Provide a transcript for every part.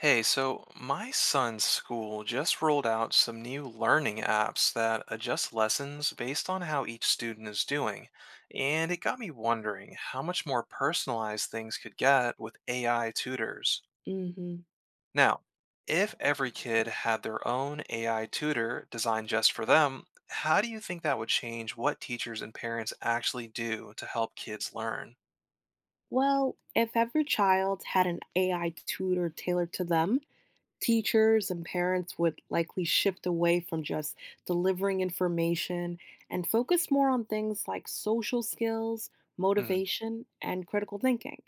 Hey, so my son's school just rolled out some new learning apps that adjust lessons based on how each student is doing. And it got me wondering how much more personalized things could get with AI tutors. Hmm Now, if every kid had their own AI tutor designed just for them, how do you think that would change what teachers and parents actually do to help kids learn? Well, if every child had an AI tutor tailored to them, teachers and parents would likely shift away from just delivering information and focus more on things like social skills, Hmm. motivation, and critical thinking.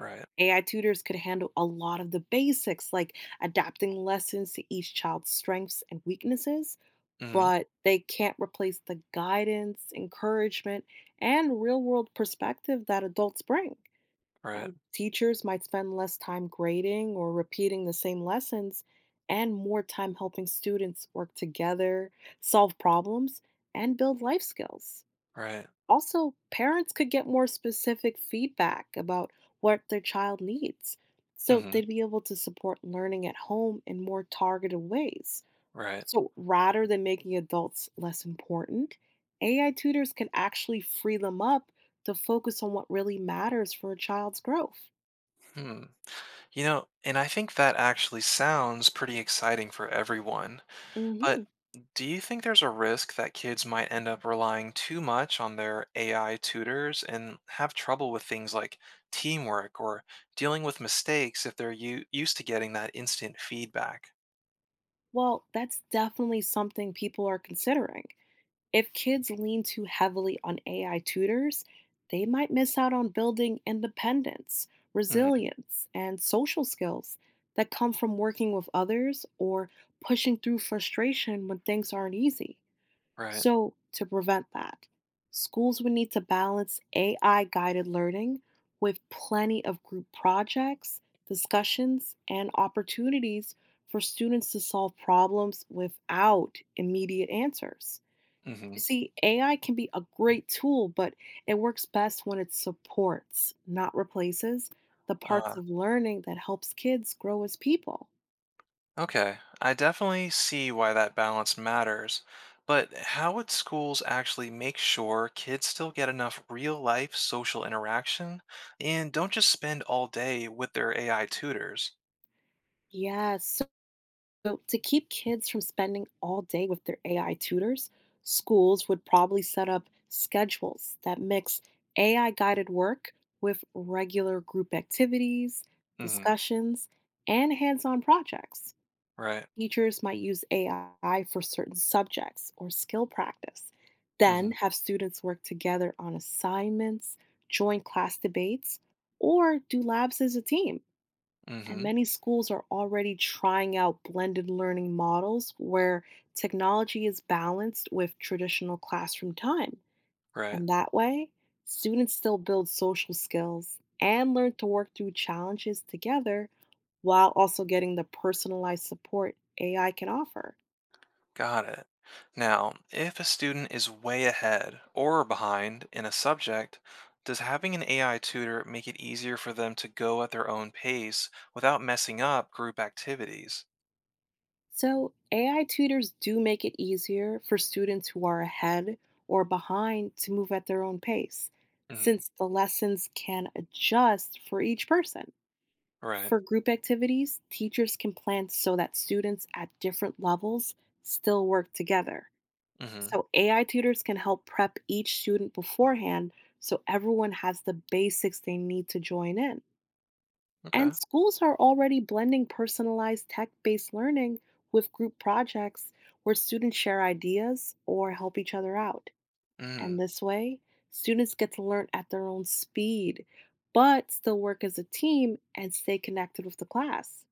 Right. AI tutors could handle a lot of the basics, like adapting lessons to each child's strengths and weaknesses, Hmm. but they can't replace the guidance, encouragement, and real world perspective that adults bring. Right. And teachers might spend less time grading or repeating the same lessons and more time helping students work together, solve problems, and build life skills. Right. Also, parents could get more specific feedback about what their child needs. So Hmm. they'd be able to support learning at home in more targeted ways. Right. So rather than making adults less important, AI tutors can actually free them up to focus on what really matters for a child's growth. Hmm. You know, and I think that actually sounds pretty exciting for everyone. But Mhm. do you think there's a risk that kids might end up relying too much on their AI tutors and have trouble with things like teamwork or dealing with mistakes if they're used to getting that instant feedback? Well, that's definitely something people are considering. If kids lean too heavily on AI tutors, they might miss out on building independence, Hmm. resilience, and social skills that come from working with others or pushing through frustration when things aren't easy. Right. So, to prevent that, schools would need to balance AI guided learning with plenty of group projects, discussions, and opportunities for students to solve problems without immediate answers. You Hmm. see, AI can be a great tool, but it works best when it supports, not replaces, the parts of learning that helps kids grow as people. Okay, I definitely see why that balance matters, but how would schools actually make sure kids still get enough real life social interaction and don't just spend all day with their AI tutors? Yes, so So, to keep kids from spending all day with their AI tutors, schools would probably set up schedules that mix AI guided work with regular group activities, Mm-hmm. discussions, and hands on projects. Right. Teachers might use AI for certain subjects or skill practice, then Mm-hmm. have students work together on assignments, join class debates, or do labs as a team. And Mm-hmm. many schools are already trying out blended learning models where technology is balanced with traditional classroom time. Right. And that way, students still build social skills and learn to work through challenges together while also getting the personalized support AI can offer. Got it. Now, if a student is way ahead or behind in a subject, does having an AI tutor make it easier for them to go at their own pace without messing up group activities? So, AI tutors do make it easier for students who are ahead or behind to move at their own pace, Mm-hmm. since the lessons can adjust for each person. Right. For group activities, teachers can plan so that students at different levels still work together. Mm-hmm. So, AI tutors can help prep each student beforehand so everyone has the basics they need to join in. Okay. And schools are already blending personalized tech based learning with group projects where students share ideas or help each other out. And Mm, this way, students get to learn at their own speed, but still work as a team and stay connected with the class.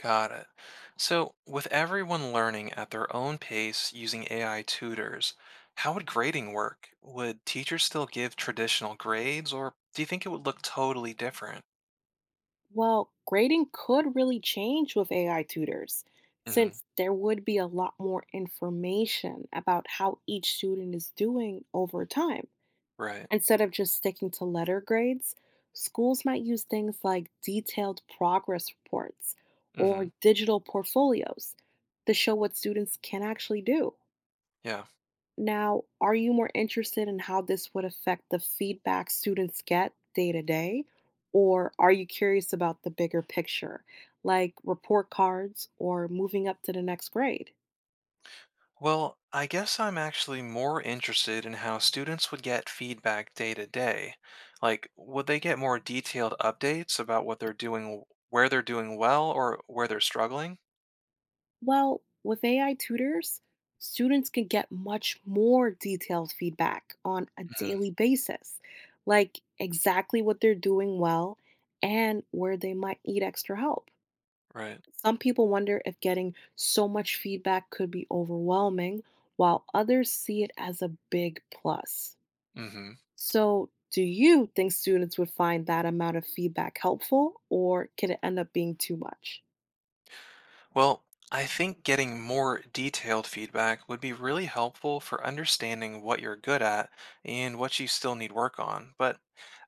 got it. So, with everyone learning at their own pace using AI tutors, how would grading work? Would teachers still give traditional grades, or do you think it would look totally different? Well, grading could really change with AI tutors, Mm-hmm. since there would be a lot more information about how each student is doing over time. Right. Instead of just sticking to letter grades, schools might use things like detailed progress reports or Mm-hmm. digital portfolios to show what students can actually do. Yeah. Now, are you more interested in how this would affect the feedback students get day to day? Or are you curious about the bigger picture, like report cards or moving up to the next grade? Well, I guess I'm actually more interested in how students would get feedback day to day. Like, would they get more detailed updates about what they're doing, where they're doing well, or where they're struggling? Well, with AI tutors, students can get much more detailed feedback on a Mm-hmm. daily basis, like exactly what they're doing well and where they might need extra help. Right. Some people wonder if getting so much feedback could be overwhelming, while others see it as a big plus. Mm-hmm. So, do you think students would find that amount of feedback helpful, or can it end up being too much? Well, I think getting more detailed feedback would be really helpful for understanding what you're good at and what you still need work on. But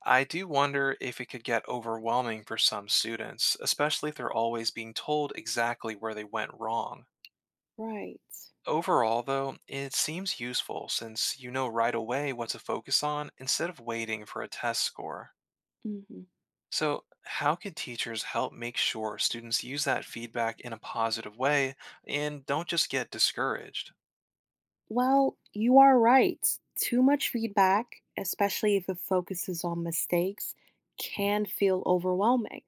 I do wonder if it could get overwhelming for some students, especially if they're always being told exactly where they went wrong. Right. Overall, though, it seems useful since you know right away what to focus on instead of waiting for a test score. Mhm. So, how could teachers help make sure students use that feedback in a positive way and don't just get discouraged? Well, you are right. Too much feedback, especially if it focuses on mistakes, can feel overwhelming.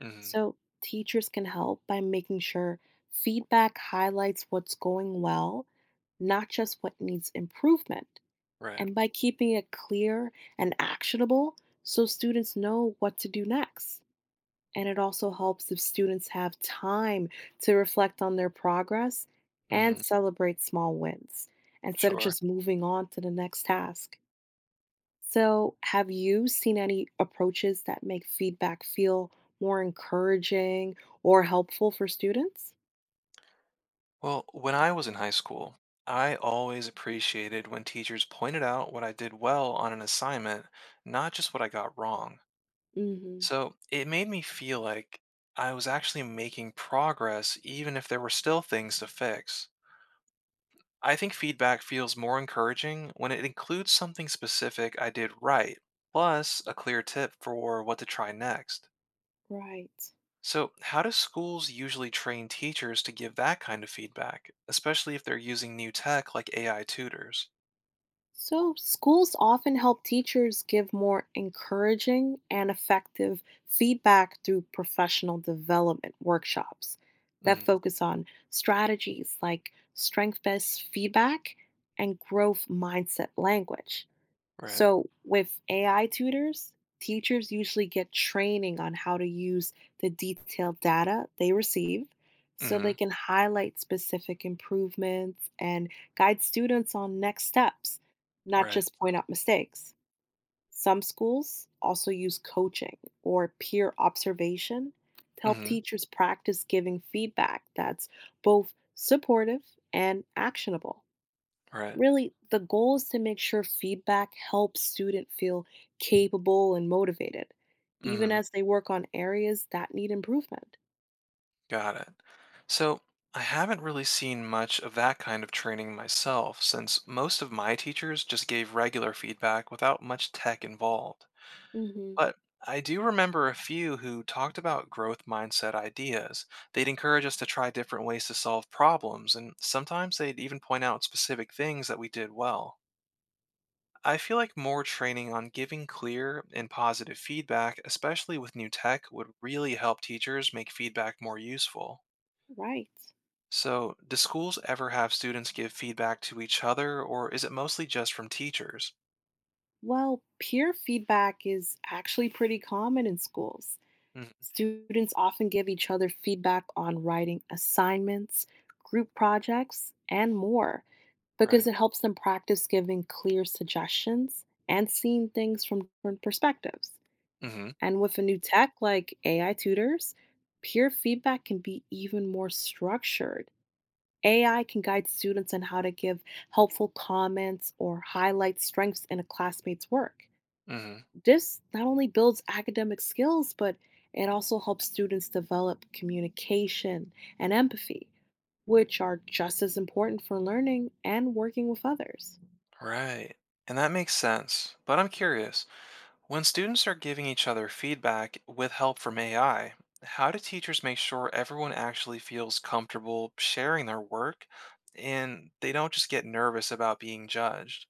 Hmm. So, teachers can help by making sure feedback highlights what's going well, not just what needs improvement, Right. and by keeping it clear and actionable so students know what to do next. And it also helps if students have time to reflect on their progress and Hmm. celebrate small wins instead of Sure. just moving on to the next task. So, have you seen any approaches that make feedback feel more encouraging or helpful for students? Well, when I was in high school, I always appreciated when teachers pointed out what I did well on an assignment, not just what I got wrong. Hmm. So, it made me feel like I was actually making progress, even if there were still things to fix. I think feedback feels more encouraging when it includes something specific I did right, plus a clear tip for what to try next. Right. So, how do schools usually train teachers to give that kind of feedback, especially if they're using new tech like AI tutors? So, schools often help teachers give more encouraging and effective feedback through professional development workshops that Mhm. focus on strategies like strength based feedback and growth mindset language. Right. So, with AI tutors, teachers usually get training on how to use the detailed data they receive so they Mhm. can highlight specific improvements and guide students on next steps, not Right. just point out mistakes. Some schools also use coaching or peer observation to help Mhm. teachers practice giving feedback that's both supportive and actionable. Right. Really, the goal is to make sure feedback helps student feel capable and motivated, even Mhm. as they work on areas that need improvement. Got it. So, I haven't really seen much of that kind of training myself since most of my teachers just gave regular feedback without much tech involved. Hmm. But I do remember a few who talked about growth mindset ideas. They'd encourage us to try different ways to solve problems, and sometimes they'd even point out specific things that we did well. I feel like more training on giving clear and positive feedback, especially with new tech, would really help teachers make feedback more useful. Right. So, do schools ever have students give feedback to each other, or is it mostly just from teachers? Well, peer feedback is actually pretty common in schools. Mhm. Students often give each other feedback on writing assignments, group projects, and more because Right. it helps them practice giving clear suggestions and seeing things from different perspectives. Mm-hmm. And with a new tech like AI tutors, peer feedback can be even more structured. AI can guide students on how to give helpful comments or highlight strengths in a classmate's work. Mm-hmm. This not only builds academic skills, but it also helps students develop communication and empathy, which are just as important for learning and working with others. Right. And that makes sense. But I'm curious. When students are giving each other feedback with help from AI, how do teachers make sure everyone actually feels comfortable sharing their work and they don't just get nervous about being judged?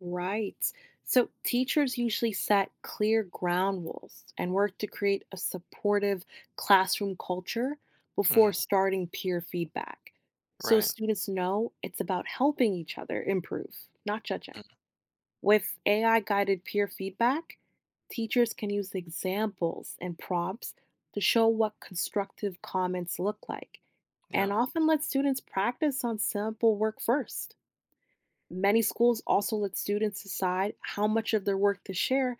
Right. So teachers usually set clear ground rules and work to create a supportive classroom culture before Hmm. starting peer feedback. So Right. students know it's about helping each other improve, not judging. Hmm. With AI guided peer feedback, teachers can use examples and prompts to show what constructive comments look like and Yeah. often let students practice on sample work first. Many schools also let students decide how much of their work to share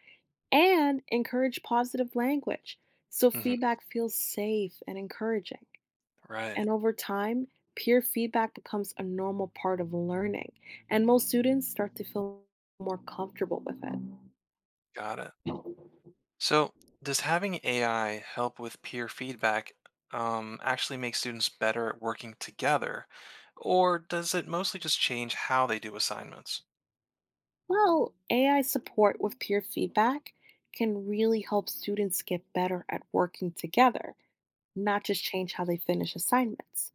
and encourage positive language so Hmm. feedback feels safe and encouraging. And Right. over time, peer feedback becomes a normal part of learning, and most students start to feel more comfortable with it. Got it. So, does having AI help with peer feedback actually make students better at working together? Or does it mostly just change how they do assignments? Well, AI support with peer feedback can really help students get better at working together, not just change how they finish assignments.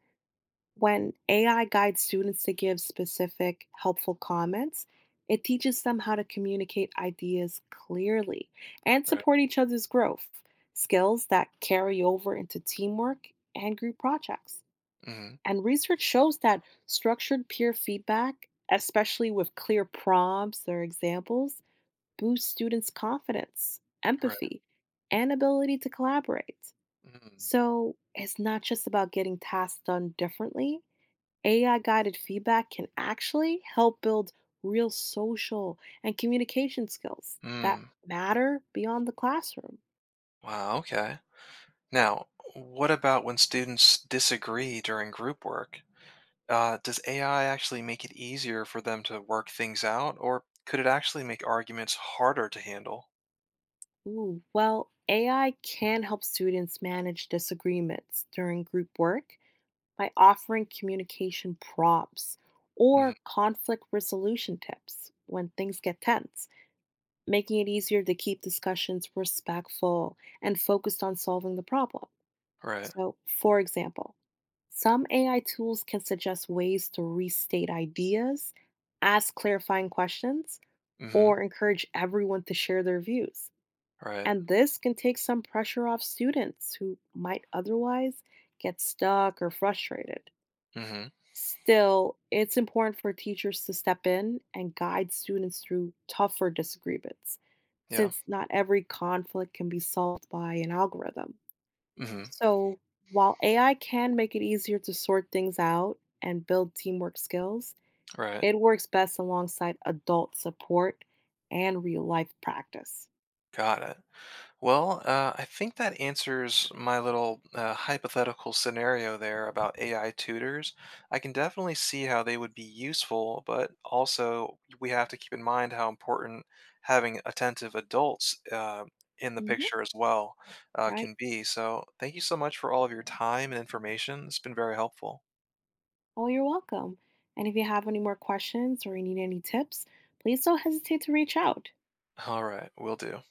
When AI guides students to give specific, helpful comments, it teaches them how to communicate ideas clearly and Right. support each other's growth, skills that carry over into teamwork and group projects. Hmm. And research shows that structured peer feedback, especially with clear prompts or examples, boosts students' confidence, Right. empathy, and ability to collaborate. Mm. So it's not just about getting tasks done differently. AI guided feedback can actually help build real social and communication skills that Mm. matter beyond the classroom. Wow. Okay. Now, what about when students disagree during group work? Does AI actually make it easier for them to work things out, or could it actually make arguments harder to handle? Ooh, well, AI can help students manage disagreements during group work by offering communication prompts Hmm. or conflict resolution tips when things get tense, making it easier to keep discussions respectful and focused on solving the problem. Right. So, for example, some AI tools can suggest ways to restate ideas, ask clarifying questions, Hmm. or encourage everyone to share their views. Right. And this can take some pressure off students who might otherwise get stuck or frustrated. Hmm. Still, it's important for teachers to step in and guide students through tougher disagreements, Yeah. since not every conflict can be solved by an algorithm. Hmm. So, while AI can make it easier to sort things out and build teamwork skills, Right. it works best alongside adult support and real life practice. Got it. Well, I think that answers my little hypothetical scenario there about AI tutors. I can definitely see how they would be useful, but also we have to keep in mind how important having attentive adults in the Hmm, picture as well right? can be. So, thank you so much for all of your time and information. It's been very helpful. Oh, you're welcome. And if you have any more questions or you need any tips, please don't hesitate to reach out. All right, will do.